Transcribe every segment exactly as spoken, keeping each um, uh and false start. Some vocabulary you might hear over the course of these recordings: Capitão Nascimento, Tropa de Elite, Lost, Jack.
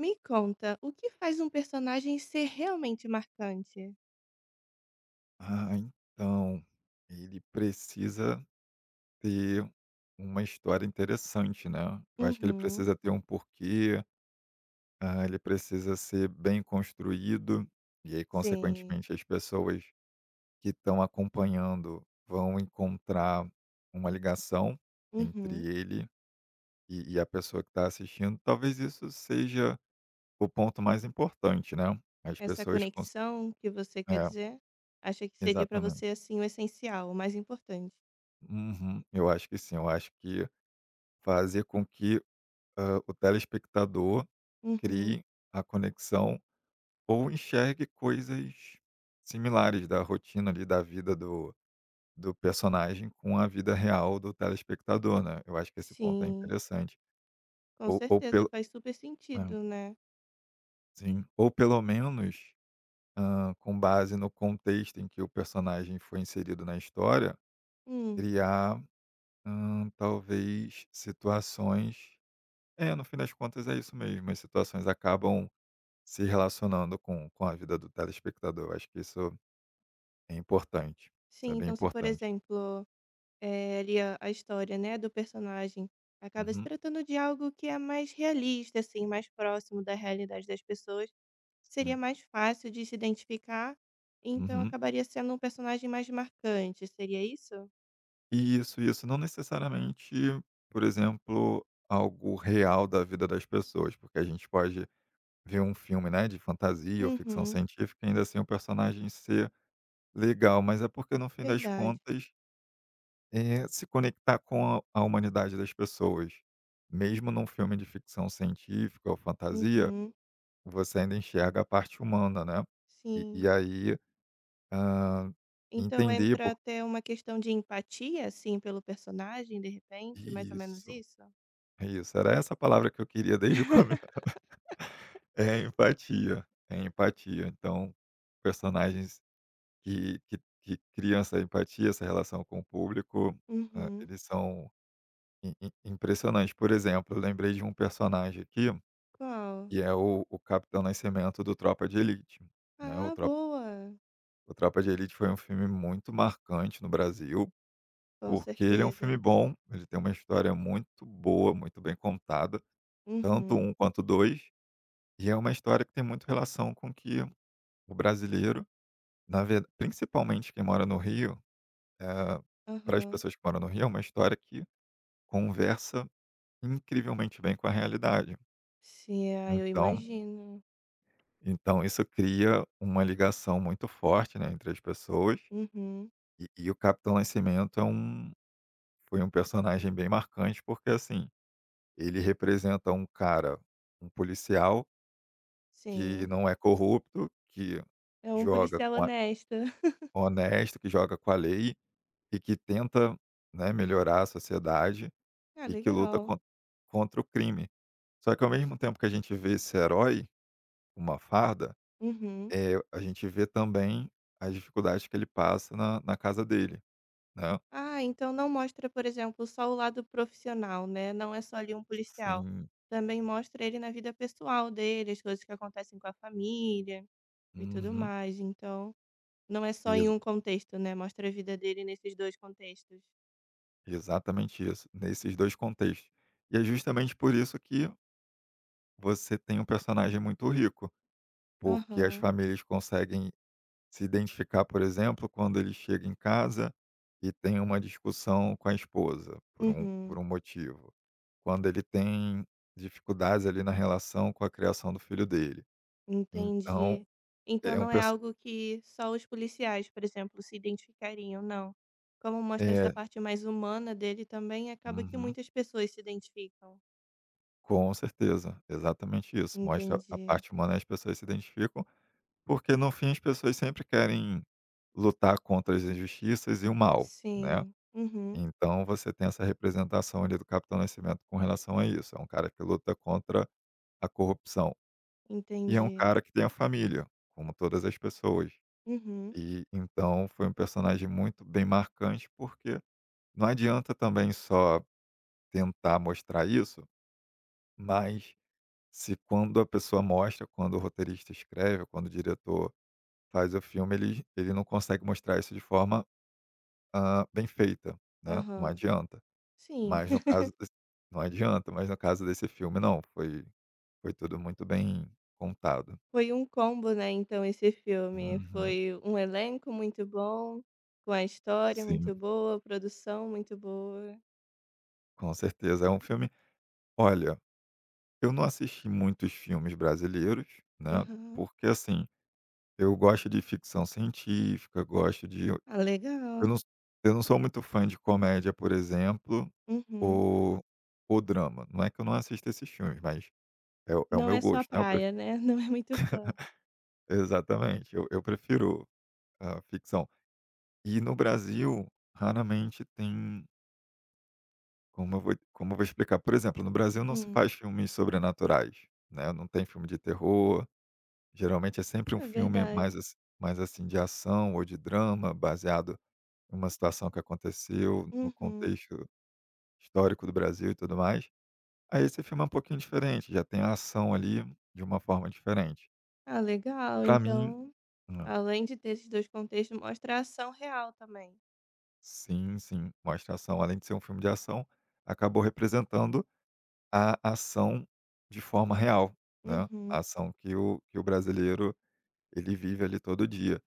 Me conta, o que faz um personagem ser realmente marcante? Ah, então, ele precisa ter uma história interessante, né. Eu acho que ele Uhum, precisa ter um porquê, ah, ele precisa ser bem construído, e aí sim. consequentemente as pessoas que estão acompanhando vão encontrar uma ligação entre Uhum. ele e e a pessoa que está assistindo. Talvez isso seja o ponto mais importante, né, as Essa pessoas cons conexão que você quer é, dizer, acha que seria pra você, exatamente. assim, o essencial, o mais importante? Uhum, eu acho que sim, eu acho que fazer com que, hã, o telespectador Uhum, crie a conexão ou enxergue coisas similares da rotina ali, da vida do do personagem com a vida real do telespectador, né. Eu acho que esse ponto é sim. interessante. Com Ou ou certeza, pelo faz super hã, sentido, né. sim, ou pelo menos, hã, com base no contexto em que o personagem foi inserido na história, Hum, criar, hum, talvez situações é, no fim das contas é isso mesmo, as situações acabam se relacionando com com a vida do telespectador. Eu acho que isso é importante. Isso é sim, bem então se, por importante. exemplo, eh, ali a a história, né, do personagem acaba se Uhum, tratando de algo que é mais realista, assim, mais próximo da realidade das pessoas seria sim. mais fácil de se identificar, então Uhum. acabaria sendo um personagem mais marcante, seria isso? E isso isso não necessariamente, por exemplo, algo real da vida das pessoas, porque a gente pode ver um filme, né, de fantasia ou ficção Uhum, científica e ainda assim o personagem ser legal, mas é porque no fim das verdade. contas, eh, se conectar com a a humanidade das pessoas. Mesmo num filme de ficção científica ou fantasia, Uhum, você ainda enxerga a parte humana, né. E e sim. aí, hã, Então entender entra por até uma questão de empatia, assim, pelo personagem, de repente, mais ou menos isso, isso? isso, era essa palavra que eu queria desde o começo. É empatia, é empatia. Então, personagens que que que criam essa empatia, essa relação com o público, hã, Uhum. eles são im im impressionantes. Por exemplo, eu lembrei de um personagem aqui, Qual? que é o o Capitão Nascimento do Tropa de Elite, né, o Ah, Tropa boa. o Tropa de Elite foi um filme muito marcante no Brasil. Com Porque ele é um filme certeza. bom, ele tem uma história muito boa, muito bem contada, tanto Uhum. um quanto dois, e é uma história que tem muito relação com que o brasileiro, na ver principalmente quem mora no Rio, eh, para as Aham. pessoas que moram no Rio, é uma história que conversa incrivelmente bem com a realidade. Sim, ah, eu Então imagino. então isso cria uma ligação muito forte, né, entre as pessoas, Uhum. e e o Capitão Nascimento é um foi um personagem bem marcante, porque assim, ele representa um cara, um policial que Sim. não é corrupto, que É um joga policial com a honesto. honesto, que joga com a lei e que tenta, né, melhorar a sociedade Ah, e que luta legal. con contra o crime. Só que ao mesmo tempo que a gente vê esse herói com uma farda, Uhum. é a gente vê também as dificuldades que ele passa na na casa dele, né. Ah, então não mostra, por exemplo, só o lado profissional, né? Não é só ali um policial. Sim. Também mostra ele na vida pessoal dele, as coisas que acontecem com a família e tudo Uhum. mais. Então, não é só em Exa um contexto, né? Mostra a vida dele nesses dois contextos. exatamente isso, nesses dois contextos. E é justamente por isso que você tem um personagem muito rico, porque as Aham. famílias conseguem se identificar, por exemplo, quando ele chega em casa e tem uma discussão com a esposa, por um, por Uhum. um motivo. Quando ele tem dificuldades ali na relação com a criação do filho dele. Então, Entendi. Então é um não é perso- algo que só os policiais, por exemplo, se identificariam, não. Como mostra essa É, parte mais humana dele também, acaba que uhum, muitas pessoas se identificam. com certeza, exatamente isso. Mostra a Entendi. parte humana e as pessoas se identificam, porque no fim as pessoas sempre querem lutar contra as injustiças e o mal, né? Sim. Uhum. Então você tem essa representação ali do Capitão Nascimento com relação a isso. É um cara que luta contra a corrupção. E é um Entendi. cara que tem a família, como todas as pessoas. Uhum. E então foi um personagem muito bem marcante, porque não adianta também só tentar mostrar isso, mas se quando a pessoa mostra, quando o roteirista escreve, quando o diretor faz o filme, ele, ele não consegue mostrar isso de forma ah, bem feita, né? Não Aham. adianta. Sim. Mas no caso desse não adianta, mas no caso desse filme não, foi foi tudo muito bem contado. Foi um combo, né, então esse filme. Uhum. Foi um elenco muito bom, com a história Sim, muito boa, produção muito boa. com certeza. É um filme Olha, eu não assisti muitos filmes brasileiros, né, Aham. porque assim, eu gosto de ficção científica, gosto de eu Ah, não legal. eu não sou muito fã de comédia, por exemplo, Uhum. ou ou drama. Não é que eu não assista esses filmes, mas é o é o Não meu é sua gosto, né, eu pref praia, né, não é muito fã. exatamente, eu eu prefiro a ficção. E no Brasil, raramente tem como eu vou como eu vou explicar, por exemplo, no Brasil não se Hum. faz filmes sobrenaturais, né, não tem filme de terror, geralmente é sempre um É filme mais verdade. assi mais assim de ação ou de drama, baseado em uma situação que aconteceu no Uhum. contexto histórico do Brasil e tudo mais. Aí esse filme é um pouquinho diferente, já tem a ação ali de uma forma diferente. Ah, legal. Para mim Então, não. além de ter esses dois contextos, mostra a ação real também. Sim, sim, mostra ação, além de ser um filme de ação, acabou representando a ação de forma real, né, a Uhum. ação que o que o brasileiro, ele vive ali todo dia.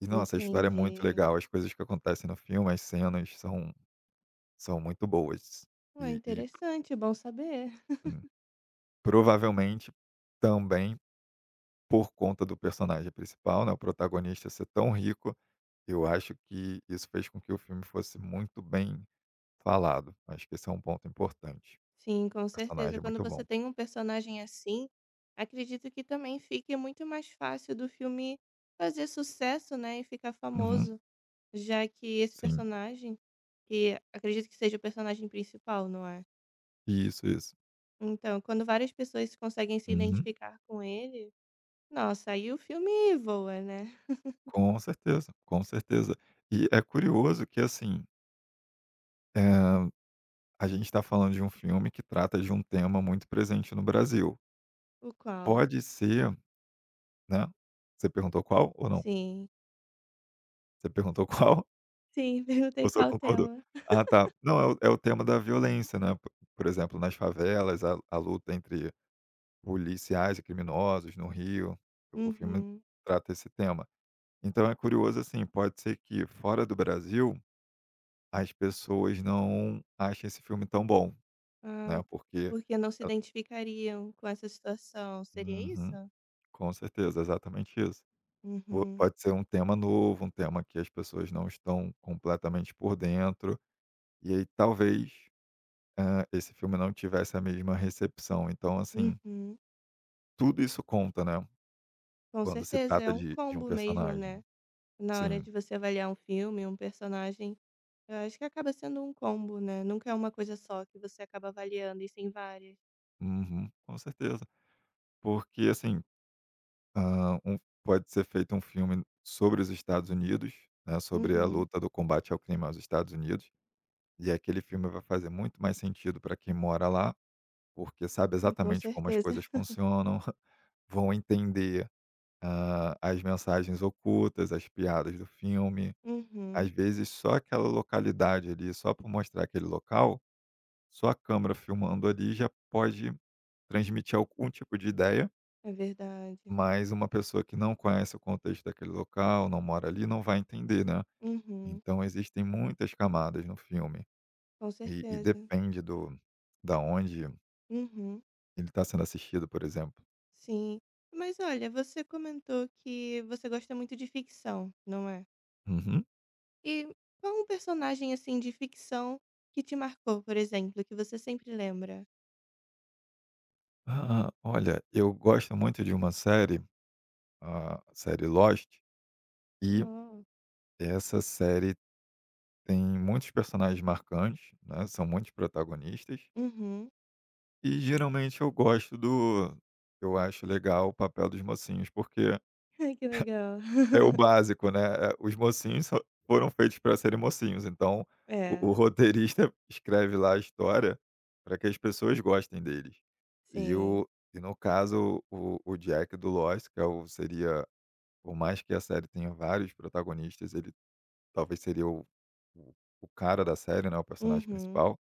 E nossa, a história é Entendi. muito legal, as coisas que acontecem no filme, as cenas são são muito boas. Ué, E e interessante, bom saber. sim, provavelmente também por conta do personagem principal, né, o protagonista ser tão rico, eu acho que isso fez com que o filme fosse muito bem falado. Acho que esse é um ponto importante. Sim, com O certeza. personagem é Quando muito você bom. tem um personagem assim, acredito que também fique muito mais fácil do filme fazer sucesso, né, e ficar Uhum, famoso, já que esse sim. personagem, que acredito que seja o personagem principal, não é? Isso, isso. Então, quando várias pessoas conseguem se Uhum. identificar com ele, nossa, aí o filme voa, né? Com certeza, com certeza. E é curioso que, assim, eh, a gente está falando de um filme que trata de um tema muito presente no Brasil. O qual? Pode ser, né, você perguntou qual ou não? Sim. Você perguntou qual Sim, perguntei ou só qual concordou? tema. Ah, tá. Não, é o é o tema da violência, né, po por exemplo, nas favelas, a a luta entre policiais e criminosos no Rio, o o filme Uhum. trata esse tema. Então é curioso, assim, pode ser que fora do Brasil, as pessoas não achem esse filme tão bom, Ah, né. porque porque não se ela identificariam com essa situação, seria isso? Uhum, com certeza, exatamente isso. Po Uhum, Pode ser um tema novo, um tema que as pessoas não estão completamente por dentro, e aí talvez, hã, esse filme não tivesse a mesma recepção. Então, assim, uhum. tudo isso conta, né, Com quando se certeza, é trata um de de um combo mesmo, personagem. né? Na hora Sim. de você avaliar um filme, um personagem, eu acho que acaba sendo um combo, né? Nunca é uma coisa só que você acaba avaliando, e sim várias. Uhum, com certeza. Porque, assim, hã, um pode ser feito um filme sobre os Estados Unidos, né, sobre a Uhum, luta do combate ao crime aos Estados Unidos. E aquele filme vai fazer muito mais sentido para quem mora lá, porque sabe ah, com exatamente como as certeza. coisas funcionam, vão entender, hã, as mensagens ocultas, as piadas do filme. Uhum, Às vezes, só aquela localidade ali, só por mostrar aquele local, só a câmera filmando ali já pode transmitir algum tipo de ideia, é verdade. mas uma pessoa que não conhece o contexto daquele local, não mora ali, não vai entender, né. Uhum, Então existem muitas camadas no filme com e e certeza. depende do da onde Uhum, ele está sendo assistido, por exemplo? sim. Mas olha, você comentou que você gosta muito de ficção, não é? Uhum. E qual um personagem, assim, de ficção que te marcou, por exemplo, que você sempre lembra? Ah, olha, eu gosto muito de uma série, a série Lost, e Hum. essa série tem muitos personagens marcantes, né, são muitos protagonistas, Uhum. e geralmente eu gosto do eu acho legal o papel dos mocinhos, porque Ai, que legal. é o básico, né, eh, os mocinhos só foram feitos para serem mocinhos, então o o É, roteirista escreve lá a história para que as pessoas gostem deles. E sim. O e no caso o o Jack do Lost, que é o seria, por mais que a série tenha vários protagonistas, ele talvez seria o o o cara da série, né, o personagem Uhum. principal,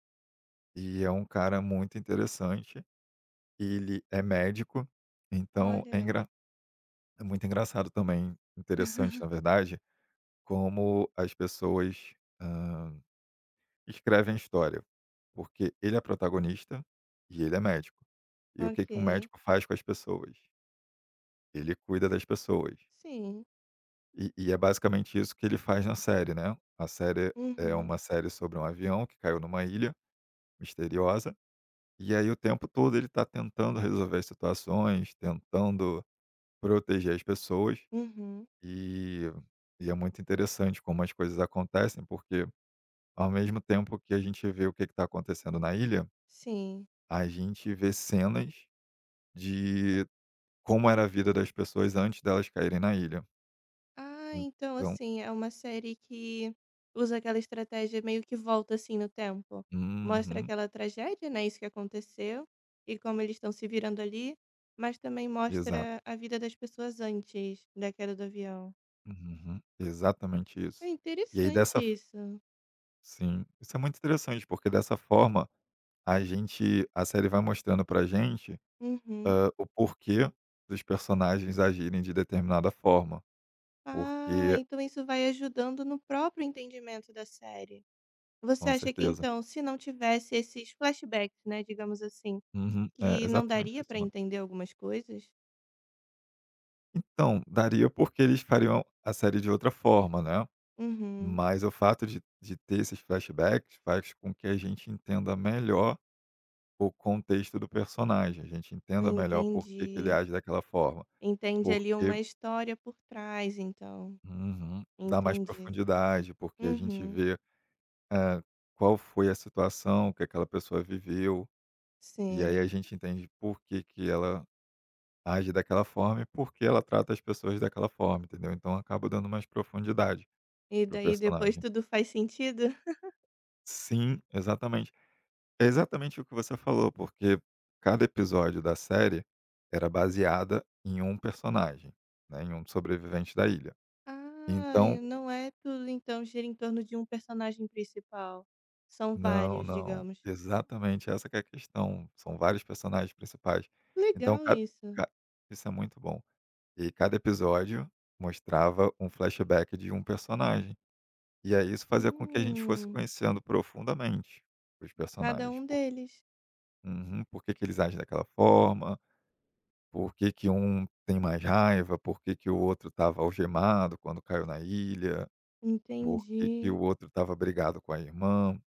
e é um cara muito interessante, ele é médico, então é Olha. engra é muito engraçado também, interessante na verdade, como as pessoas, hã, escrevem a história, porque ele é protagonista e ele é médico. E o que que um Ok. médico faz com as pessoas? Ele cuida das pessoas. Sim. E e é basicamente isso que ele faz na série, né. A série é Uhum. uma série sobre um avião que caiu numa ilha misteriosa, e aí o tempo todo ele está tentando resolver as situações, tentando proteger as pessoas, Uhum. e e é muito interessante como as coisas acontecem, porque ao mesmo tempo que a gente vê o que está acontecendo na ilha, Sim. a gente vê cenas de como era a vida das pessoas antes delas caírem na ilha. Ah, então Então assim, é uma série que usa aquela estratégia meio que volta assim no tempo. Mostra uhum, aquela tragédia, né? Isso que aconteceu e como eles estão se virando ali, mas também exato. mostra a vida das pessoas antes da queda do avião. Uhum, exatamente É isso. E aí interessante dessa f isso. Sim, isso é muito interessante, porque dessa forma a gente a série vai mostrando pra gente, Uhum. hã, o porquê dos personagens agirem de determinada forma, Ah, porque então isso vai ajudando no próprio entendimento da série. Você com acha que certeza. então, se não tivesse esses flashbacks, né, digamos assim, Uhum, é que não exatamente daria pra isso, né? entender algumas coisas? Então, daria porque eles fariam a série de outra forma, né, Uhum. mas o fato de de ter esses flashbacks faz com que a gente entenda melhor o contexto do personagem, a gente entenda melhor por que que ele Entendi. age daquela forma, Entende ali porque uma história por trás então. uhum, dá mais Entendi. profundidade, porque a gente Uhum, vê, eh, qual foi a situação que aquela pessoa viveu, e aí a sim. gente entende por que que ela age daquela forma e por que ela trata as pessoas daquela forma, entendeu. Então acaba dando mais profundidade E para o daí depois personagem. tudo faz sentido? Sim, exatamente. É exatamente o que você falou, porque cada episódio da série era baseada em um personagem, né, em um sobrevivente da ilha. Ah, e Então não é tudo então gira em torno de um personagem principal. São não, vários, não, digamos. exatamente essa que é a questão, são vários personagens principais. Então Legal ca isso. isso é muito bom. E cada episódio mostrava um flashback de um personagem, e aí isso fazia com que a gente fosse Hum, conhecendo profundamente os cada personagens, um por deles. uhum, por que que eles agem daquela forma. Por que que um tem mais raiva, por que que o outro estava algemado quando caiu na ilha, por Entendi. que que o outro estava brigado com a irmã.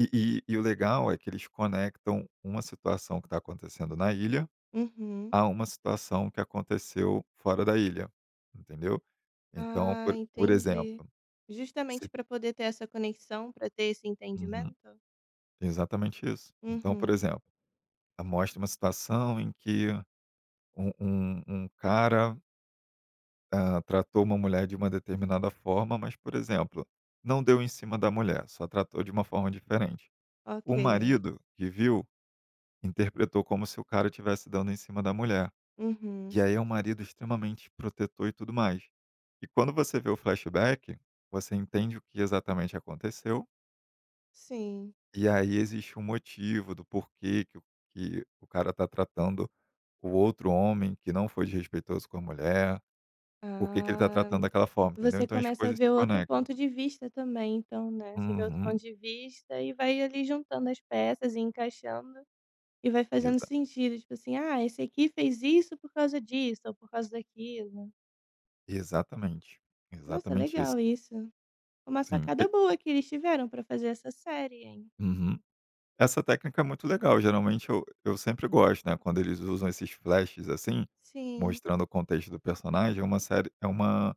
E e e o legal é que eles conectam uma situação que está acontecendo na ilha, Uhum. a uma situação que aconteceu fora da ilha, entendeu. Então, Ah, por por exemplo, entendi. se Justamente para poder ter essa conexão, para ter esse uhum, entendimento? exatamente isso. Então, por Uhum, exemplo, a- mostra uma situação em que um um um cara ah, tratou uma mulher de uma determinada forma, mas, por exemplo, não deu em cima da mulher, só tratou de uma forma diferente. O ok. marido que viu interpretou como se o cara estivesse dando em cima da mulher. E Uhum, aí é um marido extremamente protetor e tudo mais. E quando você vê o flashback, você entende o que exatamente aconteceu. sim. E aí existe um motivo do porquê que, o- que o cara está tratando o outro homem que não foi desrespeitoso com a mulher, por que, que ele está Ah, tratando daquela forma, entendeu? você Então as começa a coisas ver se outro conectam. ponto de vista também então, né, você vê outro ponto Uhum. de vista e vai ali juntando as peças e encaixando, e vai fazendo Exa sentido, tipo assim: "Ah, esse aqui fez isso por causa disso ou por causa daquilo". exatamente. Nossa, Exatamente isso. legal isso. Uma Sim. E sacada boa que eles tiveram pra fazer essa série, hein. Uhum. Essa técnica é muito legal, geralmente eu eu sempre gosto, né, quando eles usam esses flashes, assim, Sim. mostrando o contexto do personagem, é uma série é uma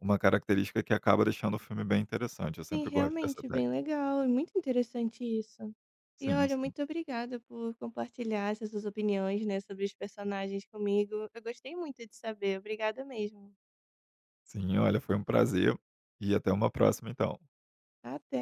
uma característica que acaba deixando o filme bem interessante, eu Sim, sempre gosto dessa realmente, técnica. bem legal. É muito interessante isso. E Sim, olha, sim. muito obrigada por compartilhar essas suas opiniões, né, sobre os personagens comigo. Eu gostei muito de saber. Obrigada mesmo. Sim, olha, foi um prazer e até uma próxima então. Até.